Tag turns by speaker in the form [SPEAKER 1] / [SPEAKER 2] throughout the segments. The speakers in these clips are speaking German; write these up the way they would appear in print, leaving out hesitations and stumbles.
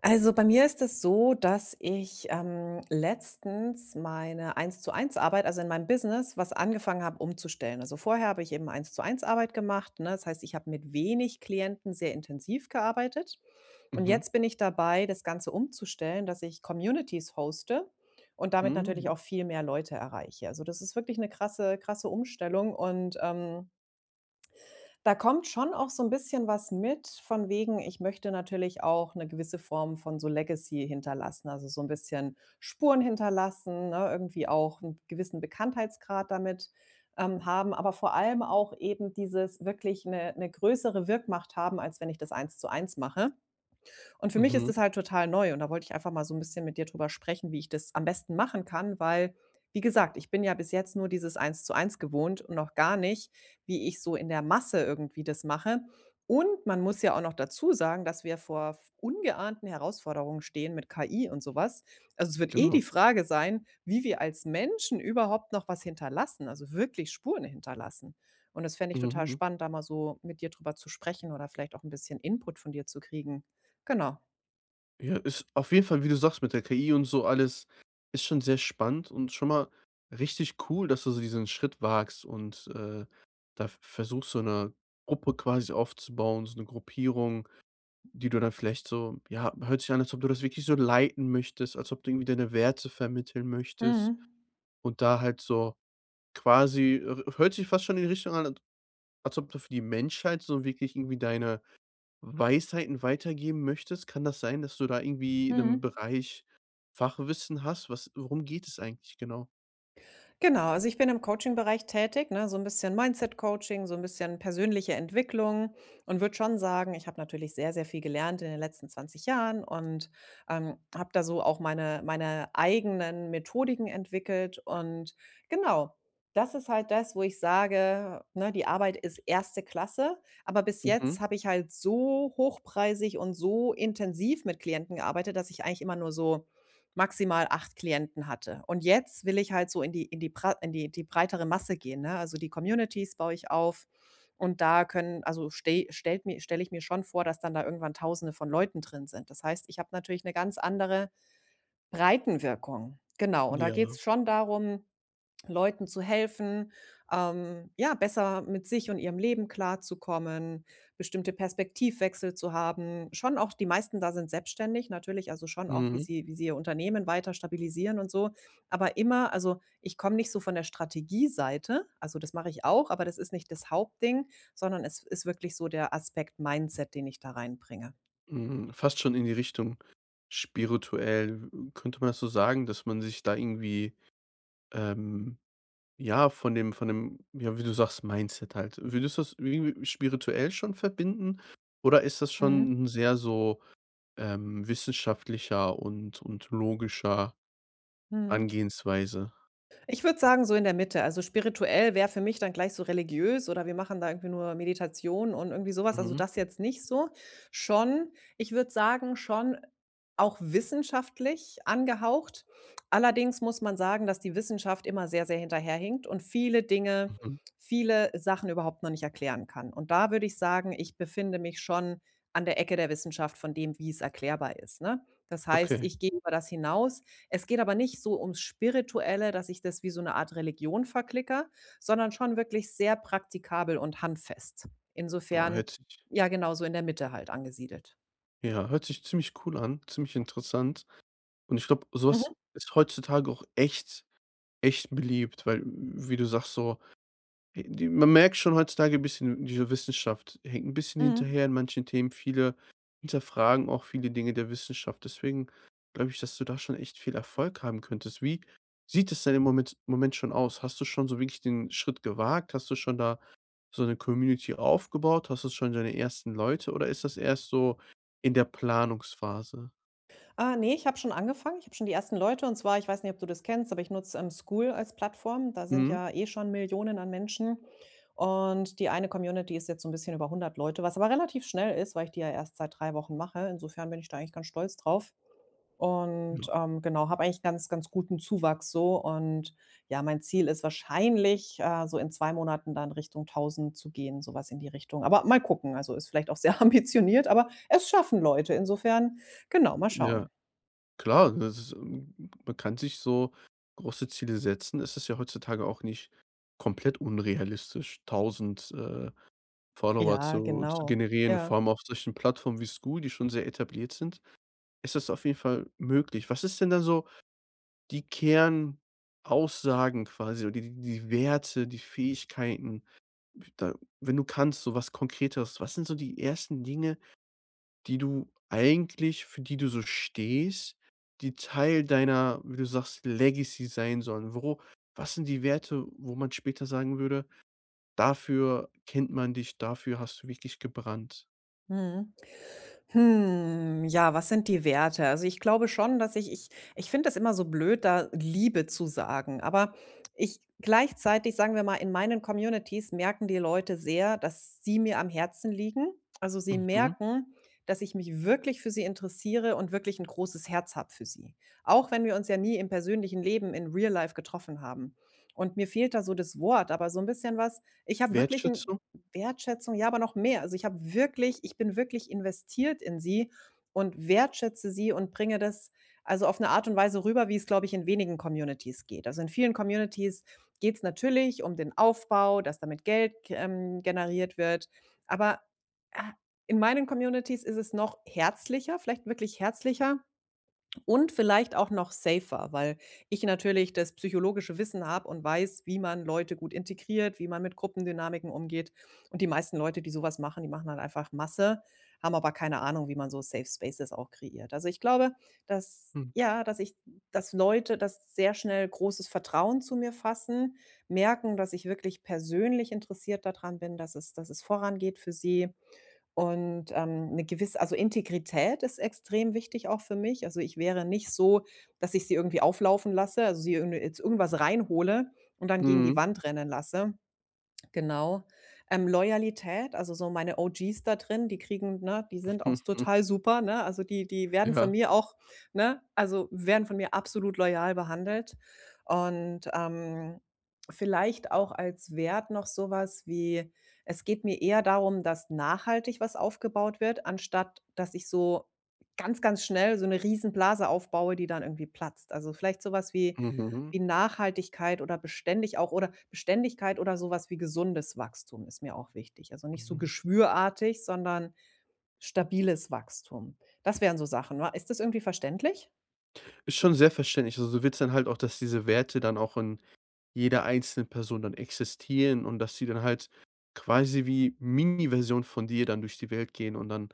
[SPEAKER 1] Also, bei mir ist es so, dass ich, letztens meine Eins-zu-eins-Arbeit, also in meinem Business, was angefangen habe umzustellen. Also, vorher habe ich eben Eins-zu-eins-Arbeit gemacht, ne? Das heißt, ich habe mit wenig Klienten sehr intensiv gearbeitet. Und
[SPEAKER 2] Mhm.
[SPEAKER 1] jetzt bin ich dabei, das Ganze umzustellen, dass ich Communities hoste und damit natürlich
[SPEAKER 2] Mhm.
[SPEAKER 1] auch viel mehr Leute erreiche. Also, das ist wirklich eine krasse Umstellung und, da kommt schon auch so ein bisschen was mit von wegen, ich möchte natürlich auch eine gewisse Form von so Legacy hinterlassen, also, so ein bisschen Spuren hinterlassen, ne, irgendwie auch einen gewissen Bekanntheitsgrad damit, haben, aber vor allem auch eben dieses wirklich eine 'ne größere Wirkmacht haben, als wenn ich das eins zu eins mache. Und für mich ist
[SPEAKER 2] Mhm.
[SPEAKER 1] das halt total neu und da wollte ich einfach mal so 'n bisschen mit dir drüber sprechen, wie ich das am besten machen kann, weil, wie gesagt, ich bin ja bis jetzt nur dieses eins zu eins gewohnt und noch gar nicht, wie ich so in der Masse irgendwie das mache. Und man muss ja auch noch dazu sagen, dass wir vor v ungeahnten Herausforderungen stehen mit KI und so was. Also, es wird eh die
[SPEAKER 2] Genau.
[SPEAKER 1] Frage sein, wie wir als Menschen überhaupt noch was hinterlassen, also wirklich Spuren hinterlassen. Und das fände ich total
[SPEAKER 2] Mhm.
[SPEAKER 1] spannend, da mal so mit dir drüber zu sprechen oder vielleicht auch 'n bisschen Input von dir zu kriegen. Genau.
[SPEAKER 2] Ja, ist auf jeden Fall, wie du sagst, mit der KI und so alles, ist schon sehr spannend und schon mal richtig cool, dass du so diesen Schritt wagst und, da v versuchst, so eine Gruppe quasi aufzubauen, so eine Gruppierung, die du dann vielleicht so, ja, hört sich an, als ob du das wirklich so leiten möchtest, als ob du irgendwie deine Werte vermitteln möchtest
[SPEAKER 1] Mhm.
[SPEAKER 2] und da halt so quasi, hört sich fast schon in die Richtung an, als ob du für die Menschheit so wirklich irgendwie deine Weisheiten weitergeben möchtest. Kann das sein, dass du da irgendwie in einem
[SPEAKER 1] Mhm.
[SPEAKER 2] Bereich Fachwissen hast? Was Worum geht es eigentlich genau?
[SPEAKER 1] Genau, also ich bin im Coaching-Bereich tätig, ne, so ein bisschen Mindset-Coaching, so ein bisschen persönliche Entwicklung und würde schon sagen, ich habe natürlich sehr, sehr viel gelernt in den letzten 20 Jahren und, habe da so auch meine eigenen Methodiken entwickelt und genau, das ist halt das, wo ich sage, ne, die Arbeit ist erste Klasse, aber bis jetzt
[SPEAKER 2] Mhm.
[SPEAKER 1] habe ich halt so hochpreisig und so intensiv mit Klienten gearbeitet, dass ich eigentlich immer nur so maximal 8 Klienten hatte. Und jetzt will ich halt so in die breitere Masse gehen, ne? Also, die Communities baue ich auf und da können also, stelle ich mir schon vor, dass dann da irgendwann Tausende von Leuten drin sind. Das heißt, ich habe natürlich eine ganz andere Breitenwirkung. Genau, und da
[SPEAKER 2] Ja.
[SPEAKER 1] geht's schon darum Leuten zu helfen, ja, besser mit sich und ihrem Leben klarzukommen, bestimmte Perspektivwechsel zu haben. Schon auch die meisten da sind selbstständig, natürlich, also schon auch, wie
[SPEAKER 2] Mhm.
[SPEAKER 1] sie, wie sie ihr Unternehmen weiter stabilisieren und so. Aber immer, also ich komme nicht so von der Strategieseite, also das mache ich auch, aber das ist nicht das Hauptding, sondern es ist wirklich so der Aspekt Mindset, den ich da reinbringe.
[SPEAKER 2] Mhm. Fast schon in die Richtung spirituell. Könnte man das so sagen, dass man sich da irgendwie, ähm, ja, von dem, ja, wie du sagst, Mindset halt. Würdest du das irgendwie spirituell schon verbinden oder ist das
[SPEAKER 1] Mhm.
[SPEAKER 2] schon 'n sehr so, wissenschaftlicher und logischer
[SPEAKER 1] Mhm.
[SPEAKER 2] Angehensweise?
[SPEAKER 1] Ich würde sagen, so in der Mitte. Also spirituell wäre für mich dann gleich so religiös oder wir machen da irgendwie nur Meditation und irgendwie sowas. Also
[SPEAKER 2] Mhm.
[SPEAKER 1] das jetzt nicht so. Schon, ich würde sagen, schon auch wissenschaftlich angehaucht. Allerdings muss man sagen, dass die Wissenschaft immer sehr, sehr hinterherhinkt und viele Dinge,
[SPEAKER 2] Mhm.
[SPEAKER 1] viele Sachen überhaupt noch nicht erklären kann. Und da würde ich sagen, ich befinde mich schon an der Ecke der Wissenschaft von dem, wie es erklärbar ist, ne? Das heißt,
[SPEAKER 2] Okay.
[SPEAKER 1] ich gehe über das hinaus, es geht aber nicht so ums Spirituelle, dass ich das wie so eine Art Religion verklickere, sondern schon wirklich sehr praktikabel und handfest.
[SPEAKER 2] Boah,
[SPEAKER 1] Insofern
[SPEAKER 2] hört sich,
[SPEAKER 1] ja genau, so in der Mitte halt angesiedelt.
[SPEAKER 2] ja, hört sich ziemlich cool an, ziemlich interessant. Und ich glaube, sowas
[SPEAKER 1] Mhm,
[SPEAKER 2] ist heutzutage auch echt beliebt, weil, wie du sagst, so e die, man merkt schon heutzutage ein bisschen, diese Wissenschaft hängt ein bisschen
[SPEAKER 1] mhm.
[SPEAKER 2] hinterher in manchen Themen. Viele hinterfragen auch viele Dinge der Wissenschaft. Deswegen glaube ich, dass du da schon echt viel Erfolg haben könntest. Wie sieht es denn im Moment schon aus? Hast du schon so wirklich den Schritt gewagt? Hast du schon da so eine Community aufgebaut? Hast du schon deine ersten Leute oder ist das erst so in der Planungsphase?
[SPEAKER 1] Ah, ne, ich habe schon angefangen. Ich habe schon die ersten Leute und zwar ich weiß nicht, ob du das kennst, aber ich nutze, Skool als Plattform. Da sind
[SPEAKER 2] Mhm.
[SPEAKER 1] ja eh schon Millionen an Menschen und die eine Community ist jetzt so ein bisschen über 100 Leute, was aber relativ schnell ist, weil ich die ja erst seit 3 Wochen mache. Insofern bin ich da eigentlich ganz stolz drauf und,
[SPEAKER 2] Ja.
[SPEAKER 1] genau, habe eigentlich ganz, ganz guten Zuwachs so und ja, mein Ziel ist wahrscheinlich, so in 2 Monaten dann Richtung 1000 zu gehen, sowas in die Richtung. Aber mal gucken, also, ist vielleicht auch sehr ambitioniert, aber es schaffen Leute. Insofern, genau, mal
[SPEAKER 2] Ja,
[SPEAKER 1] schauen.
[SPEAKER 2] klar, das ist, man kann sich so große Ziele setzen. Es ist ja heutzutage auch nicht komplett unrealistisch, 1000 Follower
[SPEAKER 1] Ja,
[SPEAKER 2] zu
[SPEAKER 1] genau.
[SPEAKER 2] generieren,
[SPEAKER 1] Ja.
[SPEAKER 2] vor allem auf solchen Plattformen wie Skool, die schon sehr etabliert sind, ist das auf jeden Fall möglich. Was ist denn dann so die Kernaussagen quasi oder die Werte, die Fähigkeiten, da, wenn du kannst, so was Konkreteres. Was sind so die ersten Dinge, die du eigentlich, für die du so stehst, die Teil deiner, wie du sagst, Legacy sein sollen? Wo, was sind die Werte, wo man später sagen würde: „Dafür kennt man dich, dafür hast du wirklich gebrannt?“
[SPEAKER 1] Mhm. Hm, ja, was sind die Werte? Also, ich glaube schon, dass ich finde das immer so blöd, da Liebe zu sagen, aber ich gleichzeitig, sagen wir mal, in meinen Communities merken die Leute sehr, dass sie mir am Herzen liegen. Also, sie
[SPEAKER 2] Mhm.
[SPEAKER 1] merken, dass ich mich wirklich für sie interessiere und wirklich ein großes Herz habe für sie, auch wenn wir uns ja nie im persönlichen Leben in Real Life getroffen haben. Und mir fehlt da so das Wort, aber so ein bisschen was ich habe wirklich ein
[SPEAKER 2] Wertschätzung?
[SPEAKER 1] Wertschätzung, ja, aber noch mehr. Also, ich bin wirklich investiert in sie und wertschätze sie und bringe das also auf eine Art und Weise rüber, wie es, glaube ich, in wenigen Communities geht. Also, in vielen Communities geht es natürlich um den Aufbau, dass damit Geld generiert wird. Aber, ah, in meinen Communities ist es noch herzlicher, vielleicht wirklich herzlicher und vielleicht auch noch safer, weil ich natürlich das psychologische Wissen habe und weiß, wie man Leute gut integriert, wie man mit Gruppendynamiken umgeht. Und die meisten Leute, die sowas machen, die machen halt einfach Masse, haben aber keine Ahnung, wie man so Safe Spaces auch kreiert. Also, ich glaube, dass
[SPEAKER 2] Hm.
[SPEAKER 1] ja, dass Leute das sehr schnell großes Vertrauen zu mir fassen, merken, dass ich wirklich persönlich interessiert daran bin, dass es vorangeht für sie und, 'ne gewisse also, Integrität ist extrem wichtig auch für mich. Also, ich wäre nicht so, dass ich sie irgendwie auflaufen lasse, also, sie irgend jetzt irgendwas reinhole und dann gegen die
[SPEAKER 2] Mhm.
[SPEAKER 1] Wand rennen lasse. Genau. Loyalität, also so meine OGs da drin, die kriegen ne, die sind auch total super, ne? Also, die werden von
[SPEAKER 2] Ja.
[SPEAKER 1] mir auch ne, also werden von mir absolut loyal behandelt. Und, vielleicht auch als Wert noch so was wie es geht mir eher darum, dass nachhaltig was aufgebaut wird, anstatt dass ich so ganz, ganz schnell so eine Riesenblase aufbaue, die dann irgendwie platzt. Also, vielleicht sowas wie
[SPEAKER 2] Mhm.
[SPEAKER 1] Nachhaltigkeit oder beständig auch oder Beständigkeit oder sowas wie gesundes Wachstum ist mir auch wichtig. Also, nicht so
[SPEAKER 2] Mhm.
[SPEAKER 1] geschwürartig, sondern stabiles Wachstum. Das wären so Sachen, wa? Ist das irgendwie verständlich?
[SPEAKER 2] Ist schon sehr verständlich. Also, du willst dann halt auch, dass diese Werte dann auch in jeder einzelnen Person dann existieren und dass sie dann halt quasi wie Mini-Version von dir dann durch die Welt gehen und dann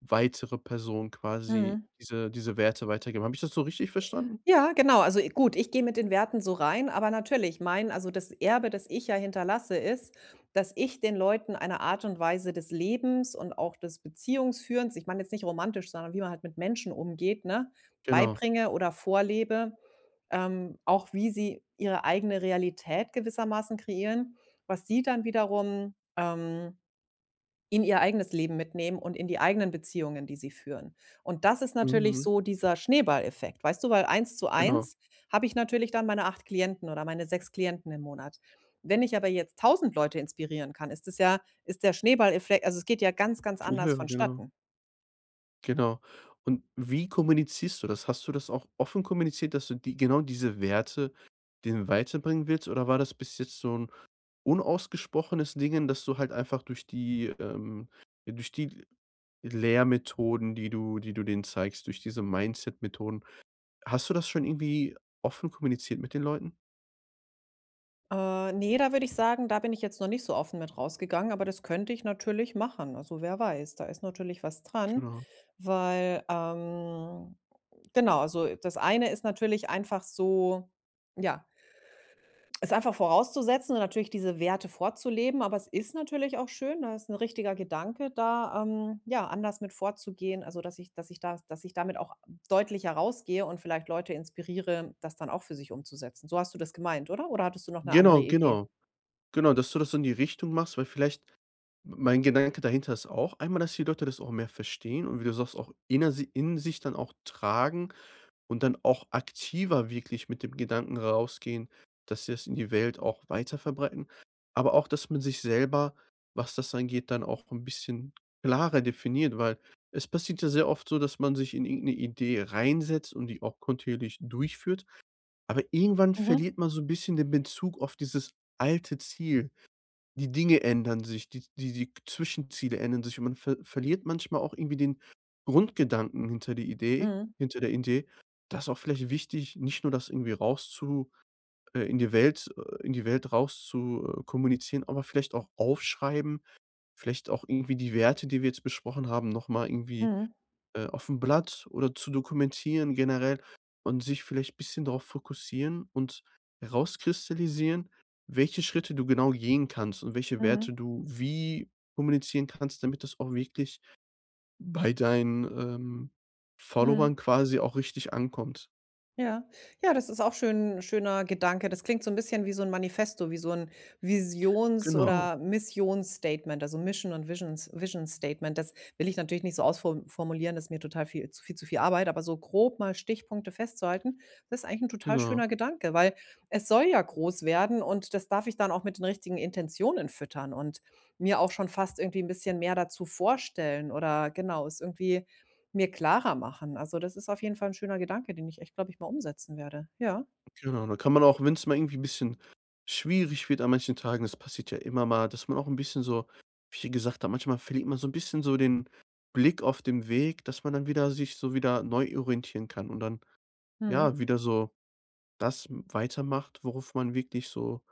[SPEAKER 2] weitere Personen quasi
[SPEAKER 1] Mhm.
[SPEAKER 2] diese Werte weitergeben. Habe ich das so richtig verstanden?
[SPEAKER 1] Ja, genau. Also, i gut, ich gehe mit den Werten so rein, aber natürlich, mein also, das Erbe, das ich ja hinterlasse, ist, dass ich den Leuten eine Art und Weise des Lebens und auch des Beziehungsführens ich meine jetzt nicht romantisch, sondern wie man halt mit Menschen umgeht, ne,
[SPEAKER 2] Genau.
[SPEAKER 1] beibringe oder vorlebe, auch wie sie ihre eigene Realität gewissermaßen kreieren, was sie dann wiederum, in ihr eigenes Leben mitnehmen und in die eigenen Beziehungen, die sie führen. Und das ist natürlich
[SPEAKER 2] Mhm.
[SPEAKER 1] so dieser Schneeballeffekt, weißt du? Weil eins zu
[SPEAKER 2] Genau.
[SPEAKER 1] eins habe ich natürlich dann meine 8 Klienten oder meine 6 Klienten im Monat. Wenn ich aber jetzt 1000 Leute inspirieren kann, ist es ja ist der Schneeballeffekt also, es geht ja ganz, ganz
[SPEAKER 2] Viel
[SPEAKER 1] anders
[SPEAKER 2] höher, genau.
[SPEAKER 1] vonstatten.
[SPEAKER 2] Genau. Und wie kommunizierst du das? Hast du das auch offen kommuniziert, dass du die genau diese Werte den weiterbringen willst, oder war das bis jetzt so 'n unausgesprochenes Dingen, dass du halt einfach durch die, ja, durch die Lehrmethoden, die du, die du denen zeigst, durch diese Mindset-Methoden. Hast du das schon irgendwie offen kommuniziert mit den Leuten?
[SPEAKER 1] Ne, da würde ich sagen, da bin ich jetzt noch nicht so offen mit rausgegangen, aber das könnte ich natürlich machen. Also, wer weiß, da ist natürlich was dran,
[SPEAKER 2] Genau.
[SPEAKER 1] weil, genau, also das eine ist natürlich einfach so ja, es einfach vorauszusetzen und natürlich diese Werte vorzuleben, aber es ist natürlich auch schön, da ist ein richtiger Gedanke da, ja, anders mit vorzugehen, also dass ich da dass ich damit auch deutlicher rausgehe und vielleicht Leute inspiriere, das dann auch für sich umzusetzen. So hast du das gemeint, oder? Oder hattest du noch eine andere
[SPEAKER 2] Genau,
[SPEAKER 1] Idee?
[SPEAKER 2] genau. Genau, dass du das so in die Richtung machst, weil vielleicht mein Gedanke dahinter ist auch einmal, dass die Leute das auch mehr verstehen und, wie du sagst, auch in sich dann auch tragen und dann auch aktiver wirklich mit dem Gedanken rausgehen, dass sie das in die Welt auch weiter verbreiten. Aber auch, dass man sich selber, was das angeht, dann auch ein bisschen klarer definiert, weil es passiert ja sehr oft so, dass man sich in irgendeine Idee reinsetzt und die auch kontinuierlich durchführt, aber irgendwann
[SPEAKER 1] Mhm.
[SPEAKER 2] verliert man so ein bisschen den Bezug auf dieses alte Ziel. Die Dinge ändern sich, die Zwischenziele ändern sich und man verliert manchmal auch irgendwie den Grundgedanken hinter die Idee
[SPEAKER 1] Mhm.
[SPEAKER 2] hinter der Idee. Das ist auch vielleicht wichtig, nicht nur das irgendwie raus zu in die Welt raus zu, kommunizieren, aber vielleicht auch aufschreiben, vielleicht auch irgendwie die Werte, die wir jetzt besprochen haben, noch mal irgendwie,
[SPEAKER 1] Mhm.
[SPEAKER 2] aufm Blatt oder zu dokumentieren generell und sich vielleicht ein bisschen darauf fokussieren und herauskristallisieren, welche Schritte du genau gehen kannst und welche
[SPEAKER 1] Mhm.
[SPEAKER 2] Werte du wie kommunizieren kannst, damit das auch wirklich bei deinen,
[SPEAKER 1] Mhm.
[SPEAKER 2] Followern quasi auch richtig ankommt.
[SPEAKER 1] Ja. Ja, das ist auch schöner Gedanke. Das klingt so 'n bisschen wie so 'n Manifesto, wie so 'n Visions oder
[SPEAKER 2] Genau,
[SPEAKER 1] Missionsstatement, also Mission und Vision Statement. Das will ich natürlich nicht so ausfor formulieren, das ist mir total viel zu viel Arbeit, aber so grob mal Stichpunkte festzuhalten, das ist eigentlich 'n total
[SPEAKER 2] genau.
[SPEAKER 1] schöner Gedanke, weil es soll ja groß werden und das darf ich dann auch mit den richtigen Intentionen füttern und mir auch schon fast irgendwie 'n bisschen mehr dazu vorstellen oder genau, ist irgendwie mir klarer machen. Also, das ist auf jeden Fall ein schöner Gedanke, den ich echt, glaube ich, mal umsetzen werde. Ja.
[SPEAKER 2] Genau, da kann man auch, wenn es mal irgendwie 'n bisschen schwierig wird an manchen Tagen, das passiert ja immer mal, dass man auch ein bisschen so, wie ich ja gesagt habe, manchmal verliert man so ein bisschen so den Blick auf dem Weg, dass man dann wieder sich so wieder neu orientieren kann und dann,
[SPEAKER 1] Mhm.
[SPEAKER 2] ja, wieder so das weitermacht, worauf man wirklich so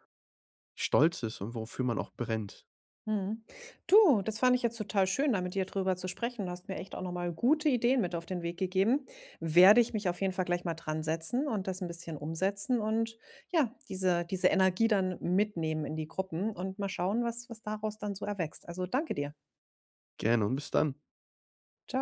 [SPEAKER 2] stolz ist und wofür man auch brennt.
[SPEAKER 1] Mhm. Du, das fand ich jetzt total schön, da mit dir drüber zu sprechen. Du hast mir echt auch noch mal gute Ideen mit auf den Weg gegeben. Werde ich mich auf jeden Fall gleich mal dran setzen und das ein bisschen umsetzen und ja, diese Energie dann mitnehmen in die Gruppen und mal schauen, was daraus dann so erwächst. Also, danke dir.
[SPEAKER 2] Gerne und bis dann.
[SPEAKER 1] Ciao.